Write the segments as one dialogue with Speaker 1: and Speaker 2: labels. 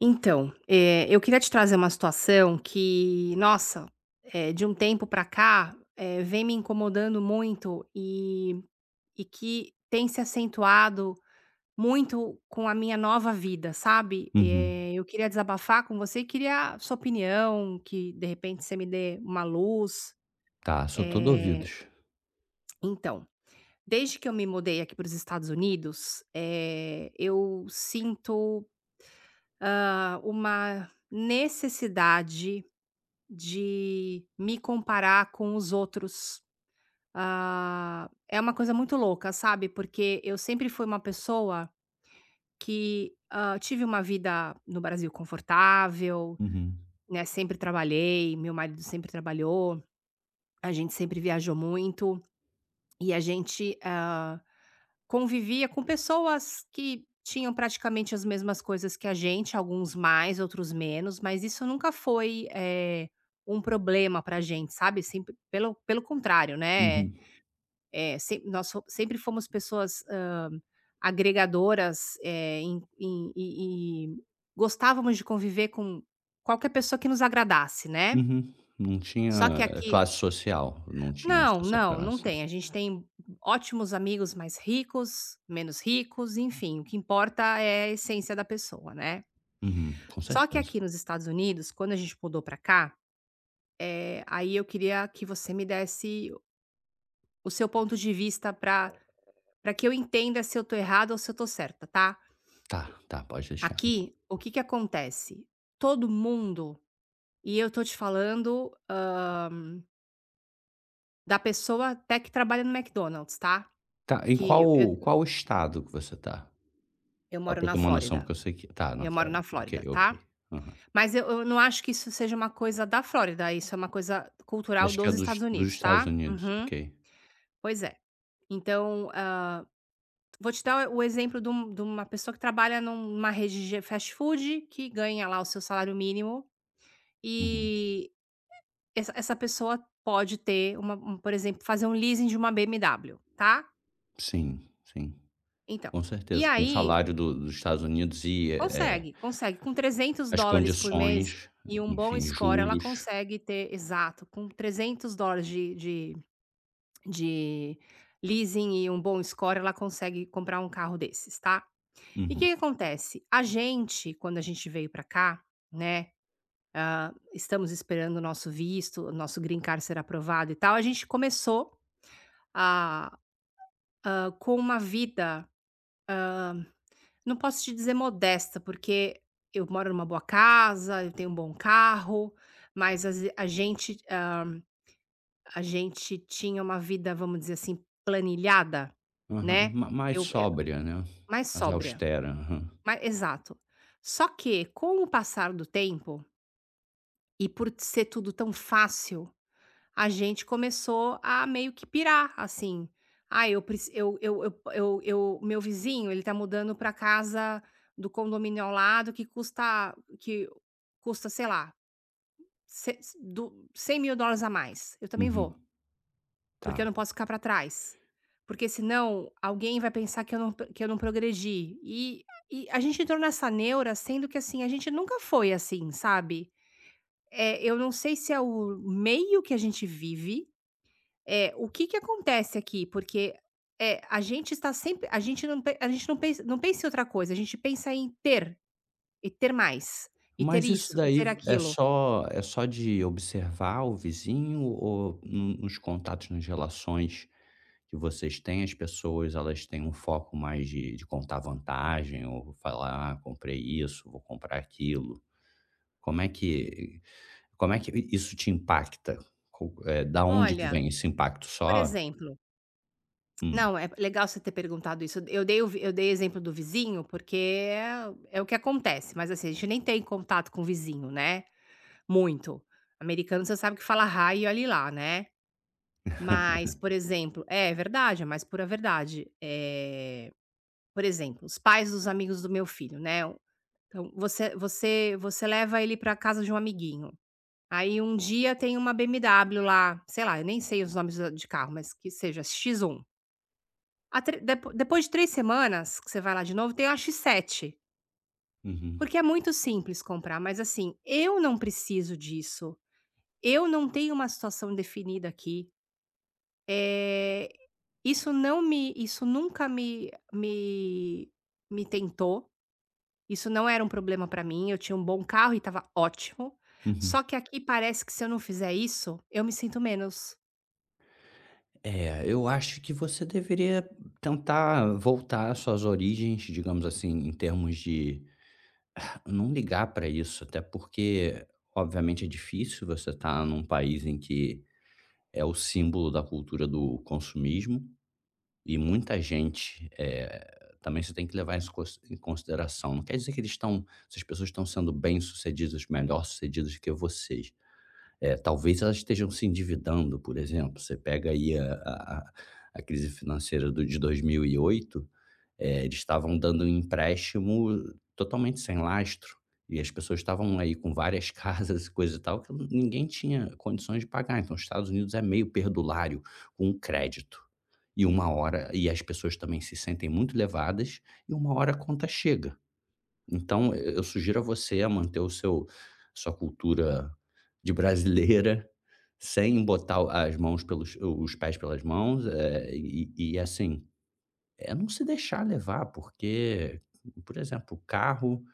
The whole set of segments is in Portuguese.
Speaker 1: Então, eu queria te trazer uma situação que, nossa, de um tempo pra cá, vem me incomodando muito e que tem se acentuado muito com a minha nova vida, sabe.
Speaker 2: Uhum.
Speaker 1: Eu queria desabafar com você e queria sua opinião, que de repente você me dê uma luz.
Speaker 2: Tá, sou todo
Speaker 1: Eh,
Speaker 2: ouvidos.
Speaker 1: então, desde que eu me mudei aqui para os Estados Unidos, eu sinto, uma necessidade de me comparar com os outros. Ah, é uma coisa muito louca, sabe, porque eu sempre fui uma pessoa que, tive uma vida no Brasil confortável,
Speaker 2: Uhum,
Speaker 1: né, sempre trabalhei, meu marido sempre trabalhou, a gente sempre viajou muito e a gente, ah, convivia com pessoas que tinham praticamente as mesmas coisas que a gente, alguns mais, outros menos, mas isso nunca foi, um problema pra gente, sabe, sempre pelo contrário, né.
Speaker 2: uhum,
Speaker 1: eh, sem nós fo Sempre fomos pessoas, agregadoras, gostávamos de conviver com qualquer pessoa que nos agradasse, né.
Speaker 2: uhum. Não tinha
Speaker 1: Só que aqui
Speaker 2: classe social, não tinha
Speaker 1: não,
Speaker 2: essa
Speaker 1: não, não
Speaker 2: separação.
Speaker 1: tem. A gente tem ótimos amigos mais ricos, menos ricos, enfim, o que importa é a essência da pessoa, né.
Speaker 2: Uhum, com
Speaker 1: Só que
Speaker 2: certeza.
Speaker 1: aqui nos Estados Unidos, quando a gente mudou pra cá, aí eu queria que você me desse o seu ponto de vista pra para que eu entenda se eu tô errada ou se eu tô certa, tá.
Speaker 2: Tá, tá, pode deixar.
Speaker 1: Aqui, o que que acontece? Todo mundo, e eu tô te falando, da pessoa até que trabalha no McDonald's, tá,
Speaker 2: Tá, em
Speaker 1: que eu
Speaker 2: qual estado que você tá?
Speaker 1: eu
Speaker 2: Só
Speaker 1: moro
Speaker 2: pra eu
Speaker 1: na
Speaker 2: ter uma noção,
Speaker 1: Flórida.
Speaker 2: porque eu sei que tá, na
Speaker 1: Eu moro
Speaker 2: Flórida.
Speaker 1: na
Speaker 2: Ok,
Speaker 1: Flórida, tá?
Speaker 2: ok. Aham.
Speaker 1: Mas eu não acho que isso seja uma coisa da Flórida, isso é uma coisa cultural
Speaker 2: Acho que é
Speaker 1: dos
Speaker 2: dos
Speaker 1: Estados
Speaker 2: dos
Speaker 1: Unidos,
Speaker 2: Estados
Speaker 1: tá?
Speaker 2: Unidos,
Speaker 1: Uhum.
Speaker 2: ok.
Speaker 1: Pois é. Então, vou te dar o exemplo de uma pessoa que trabalha numa rede de fast food, que ganha lá o seu salário mínimo,
Speaker 2: Uhum.
Speaker 1: e essa pessoa pode ter por exemplo, fazer um leasing de uma BMW, tá?
Speaker 2: Sim, sim,
Speaker 1: Então,
Speaker 2: com
Speaker 1: e
Speaker 2: certeza. Com o
Speaker 1: aí
Speaker 2: salário do dos Estados Unidos e,
Speaker 1: consegue, consegue. Com 300
Speaker 2: as
Speaker 1: dólares por mês
Speaker 2: condições,
Speaker 1: e um bom
Speaker 2: enfim,
Speaker 1: score, ela
Speaker 2: juros.
Speaker 1: consegue ter, exato, com 300 dólares de leasing e um bom score, ela consegue comprar um carro desses, tá. E o que
Speaker 2: Uhum.
Speaker 1: que acontece? A gente, quando a gente veio pra cá, né, estamos esperando o nosso visto, o nosso green card ser aprovado e tal, a gente começou a com uma vida, não posso te dizer modesta, porque eu moro numa boa casa, eu tenho um bom carro, mas as a gente, a gente tinha uma vida, vamos dizer assim, planilhada,
Speaker 2: Aham,
Speaker 1: né,
Speaker 2: ma mais
Speaker 1: eu
Speaker 2: sóbria, né,
Speaker 1: mais
Speaker 2: mais
Speaker 1: sóbria,
Speaker 2: austera, aham,
Speaker 1: mais, exato. Só que com o passar do tempo, e por ser tudo tão fácil, a gente começou a meio que pirar, assim. Ah, eu preci eu meu vizinho, ele tá mudando pra casa do condomínio ao lado que custa, sei lá, ce do US$ 100.000 a mais. Eu também vou,
Speaker 2: uhum,
Speaker 1: porque
Speaker 2: tá.
Speaker 1: eu não posso ficar pra trás. Porque senão alguém vai pensar que eu não progredi. E a gente entrou nessa neura, sendo que, assim, a gente nunca foi assim, sabe. Eu não sei se é o meio que a gente vive. É, o que que acontece aqui? Porque, a gente está sempre, a gente não pensa em outra coisa. A gente pensa em ter, e ter mais, e ter
Speaker 2: Mas isso
Speaker 1: isso, e
Speaker 2: daí
Speaker 1: ter aquilo.
Speaker 2: é só de observar o vizinho ou no nos contatos, nas relações que vocês têm, as pessoas elas têm um foco mais de contar vantagem ou falar: "Ah, comprei isso, vou comprar aquilo". Como é que como é que isso te impacta? Da onde que
Speaker 1: Olha,
Speaker 2: vem esse impacto
Speaker 1: por
Speaker 2: só?
Speaker 1: exemplo,
Speaker 2: Hum.
Speaker 1: não, é legal você ter perguntado isso. Eu dei exemplo do vizinho, porque é o que acontece, mas, assim, a gente nem tem contato com o vizinho, né, muito. Americano, você sabe que fala "hi" e olhe lá, né. Mas, por exemplo, é verdade, é mais pura verdade. Por exemplo, os pais dos amigos do meu filho, né, então você leva ele pra casa de um amiguinho, aí um dia tem uma BMW lá, sei lá, eu nem sei os nomes da de carro, mas que seja X1. A tre depo Depois de 3 semanas que você vai lá de novo, tem uma X7,
Speaker 2: Uhum,
Speaker 1: porque é muito simples comprar, mas, assim, eu não preciso disso, eu não tenho uma situação definida aqui, eh, isso nunca me tentou. Isso não era um problema pra mim, eu tinha um bom carro e estava ótimo.
Speaker 2: uhum.
Speaker 1: Só que aqui parece que se eu não fizer isso, eu me sinto menos.
Speaker 2: É, eu acho que você deveria tentar voltar às suas origens, digamos assim, em termos de não ligar para isso, até porque, obviamente, é difícil você estar num país em que é o símbolo da cultura do consumismo e muita gente. É, também você tem que levar isso em consideração. Não quer dizer que eles estão, essas pessoas estão sendo bem-sucedidas, melhor-sucedidas que vocês. É, talvez elas estejam se endividando. Por exemplo, você pega aí a crise financeira do de 2008. Eles estavam dando um empréstimo totalmente sem lastro, e as pessoas estavam aí com várias casas e coisa e tal, que ninguém tinha condições de pagar. Então os Estados Unidos é meio perdulário com o crédito. E uma hora, e as pessoas também se sentem muito levadas, e uma hora a conta chega. Então, e eu sugiro a você a manter o seu sua cultura de brasileira, sem botar o as mãos pelos os pés pelas mãos, e assim, não se deixar levar, porque, por exemplo, o carro,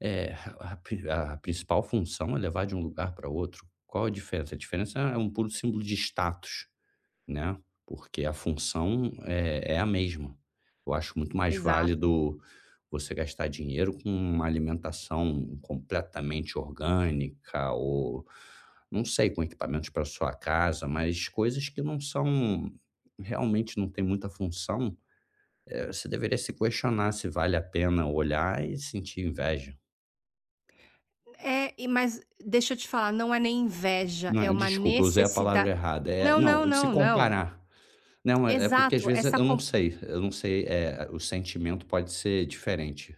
Speaker 2: eh, a principal função é levar de um lugar para outro. Qual a diferença? A diferença é um puro símbolo de status, né, porque a função é é a mesma. Eu acho muito mais
Speaker 1: Exato.
Speaker 2: válido você gastar dinheiro com uma alimentação completamente orgânica ou, não sei, com equipamentos para sua casa, mas coisas que não são realmente, não tem muita função. Você deveria se questionar se vale a pena olhar e sentir inveja.
Speaker 1: É, mas deixa eu te falar, não é nem inveja,
Speaker 2: Não
Speaker 1: é
Speaker 2: é
Speaker 1: uma
Speaker 2: desculpa, eu usei a palavra
Speaker 1: necessidade.
Speaker 2: errada. É,
Speaker 1: Não,
Speaker 2: não,
Speaker 1: não,
Speaker 2: se
Speaker 1: não, não.
Speaker 2: comparar. Não, é é porque às
Speaker 1: Exato,
Speaker 2: vezes
Speaker 1: essa com
Speaker 2: eu não sei, o sentimento pode ser diferente.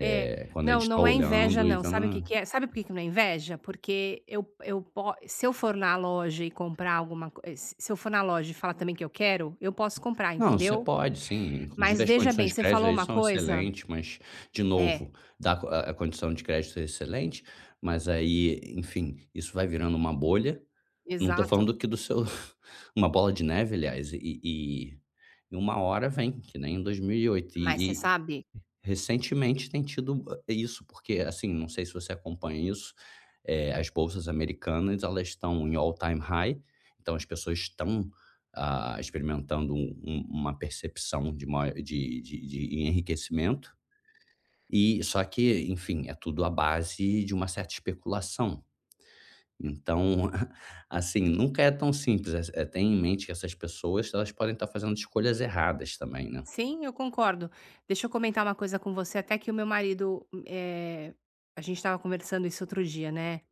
Speaker 1: é,
Speaker 2: Quando a
Speaker 1: não,
Speaker 2: gente tá
Speaker 1: não é inveja
Speaker 2: olhando e
Speaker 1: não,
Speaker 2: vendo
Speaker 1: sabe o que
Speaker 2: "Ah",
Speaker 1: que é? Sabe por que que não é inveja? Porque eu po se eu for na loja e comprar alguma coisa, se eu for na loja e falar também que eu quero, eu posso comprar,
Speaker 2: não, você
Speaker 1: entendeu?
Speaker 2: pode sim, inclusive
Speaker 1: Mas
Speaker 2: as
Speaker 1: veja
Speaker 2: condições
Speaker 1: bem,
Speaker 2: de
Speaker 1: você
Speaker 2: crédito
Speaker 1: falou
Speaker 2: aí
Speaker 1: uma
Speaker 2: são
Speaker 1: coisa.
Speaker 2: excelentes, mas de
Speaker 1: É.
Speaker 2: novo, dá co a condição de crédito é excelente, mas aí, enfim, isso vai virando uma bolha. Não tô
Speaker 1: Exato.
Speaker 2: falando que do seu uma bola de neve aliás, e uma hora vem, que nem em 2008 e oito.
Speaker 1: Mas você
Speaker 2: e e
Speaker 1: sabe que
Speaker 2: recentemente tem tido, isso, porque, assim, não sei se você acompanha isso. As bolsas americanas elas estão em all time high, então as pessoas estão, ah, experimentando uma percepção de maior de enriquecimento, e só que, enfim, é tudo à base de uma certa especulação. Então, assim, nunca é tão simples, é tenha em mente que essas pessoas elas podem estar fazendo escolhas erradas também, né.
Speaker 1: sim, eu concordo. Deixa eu comentar uma coisa com você, até que o meu marido, a gente estava conversando isso outro dia, né.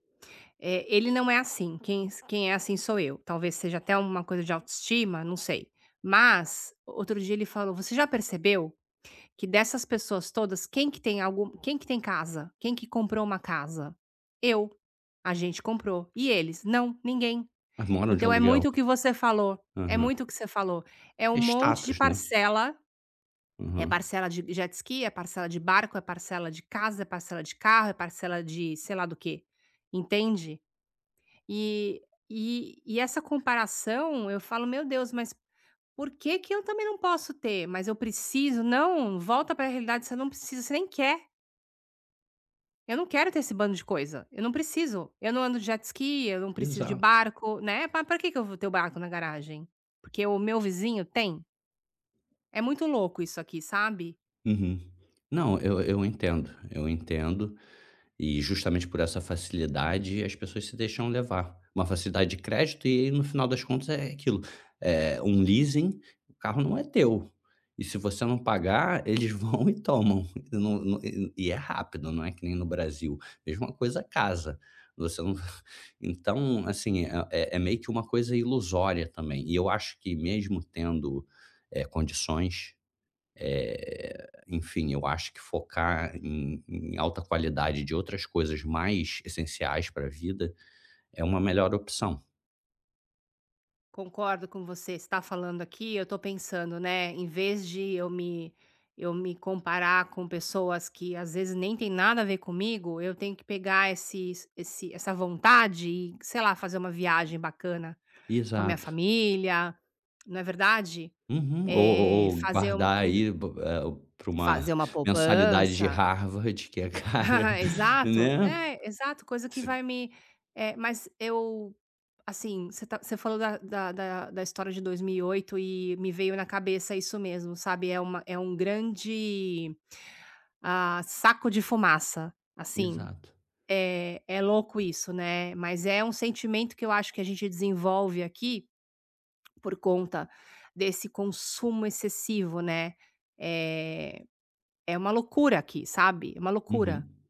Speaker 1: Ele não é assim, quem é assim sou eu. Talvez seja até uma coisa de autoestima, não sei. Mas, outro dia ele falou: "Você já percebeu que, dessas pessoas todas, quem que tem casa? Quem que comprou uma casa? Eu. A gente comprou. E eles? Não, ninguém".
Speaker 2: Mas moram de
Speaker 1: Então é
Speaker 2: aluguel.
Speaker 1: muito o que você falou, é
Speaker 2: Aham.
Speaker 1: muito o que você falou. É um
Speaker 2: É
Speaker 1: monte de
Speaker 2: status, né.
Speaker 1: parcela, é
Speaker 2: Aham.
Speaker 1: parcela de jet ski, é parcela de barco, é parcela de casa, é parcela de carro, é parcela de sei lá do quê, entende? E e essa comparação, eu falo: "Meu Deus, mas por que que eu também não posso ter? Mas eu preciso". Não, volta para a realidade, você não precisa, você nem quer. Eu não quero ter esse bando de coisa, eu não preciso. Eu não ando de jet ski, eu não preciso de
Speaker 2: Exato.
Speaker 1: barco, né, pa pra que que eu vou ter o barco na garagem? Porque o meu vizinho tem? É muito louco isso aqui, sabe.
Speaker 2: Uhum. Não, eu entendo, eu entendo. E justamente por essa facilidade, as pessoas se deixam levar. Uma facilidade de crédito e aí no final das contas é aquilo, um leasing, o carro não é teu. E se você não pagar, eles vão e tomam. E não não é rápido, não é que nem no Brasil. Mesma coisa casa, você não então, assim, é meio que uma coisa ilusória também. E eu acho que mesmo tendo, condições, enfim, eu acho que focar em alta qualidade de outras coisas mais essenciais para a vida é uma melhor opção.
Speaker 1: Concordo com você, você tá falando aqui, eu tô pensando, né, em vez de eu me comparar com pessoas que às vezes nem tem nada a ver comigo, eu tenho que pegar esse esse essa vontade e, sei lá, fazer uma viagem bacana com a minha
Speaker 2: Exato.
Speaker 1: família, não é verdade?
Speaker 2: Uhum.
Speaker 1: É
Speaker 2: Ou
Speaker 1: fazer um
Speaker 2: guardar aí, eh, para uma
Speaker 1: Fazer uma
Speaker 2: mensalidade de
Speaker 1: poupança.
Speaker 2: Harvard que é cara,
Speaker 1: Exato,
Speaker 2: né.
Speaker 1: né, exato, coisa que vai me mas eu, assim, você falou da história de 2008, e me veio na cabeça isso mesmo, sabe, é uma é um grande, ah, saco de fumaça, assim,
Speaker 2: Exato.
Speaker 1: é louco isso, né, mas é um sentimento que eu acho que a gente desenvolve aqui, por conta desse consumo excessivo, né. É, é uma loucura aqui, sabe, é uma loucura.
Speaker 2: Uhum.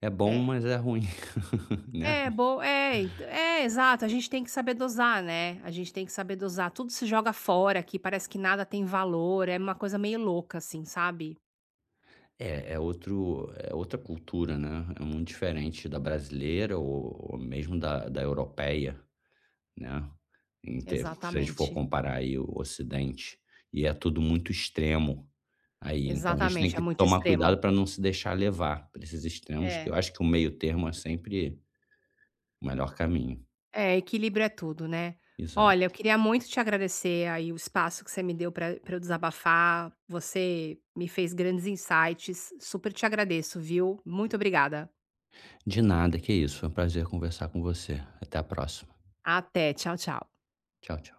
Speaker 2: É bom,
Speaker 1: É.
Speaker 2: mas é ruim, né.
Speaker 1: É bo é ent É, exato, a gente tem que saber dosar, né, a gente tem que saber dosar. Tudo se joga fora aqui, parece que nada tem valor, é uma coisa meio louca, assim, sabe.
Speaker 2: É é outro é outra cultura, né, é muito diferente da brasileira ou mesmo da europeia, né, em tempo se a gente for
Speaker 1: Exatamente,
Speaker 2: comparar aí o Ocidente, e é tudo muito extremo aí, então a gente tem
Speaker 1: exatamente, é
Speaker 2: que
Speaker 1: muito
Speaker 2: tomar
Speaker 1: extremo.
Speaker 2: cuidado para não se deixar levar para esses extremos, que eu
Speaker 1: É,
Speaker 2: acho que o meio termo é sempre o melhor caminho.
Speaker 1: é, equilíbrio é tudo, né.
Speaker 2: Exato.
Speaker 1: Olha, eu queria muito te agradecer aí o espaço que você me deu para pra eu desabafar, você me fez grandes insights, super te agradeço, viu. Muito obrigada.
Speaker 2: De nada, que isso, foi um prazer conversar com você. Até a próxima.
Speaker 1: Até, tchau, tchau.
Speaker 2: Tchau, tchau.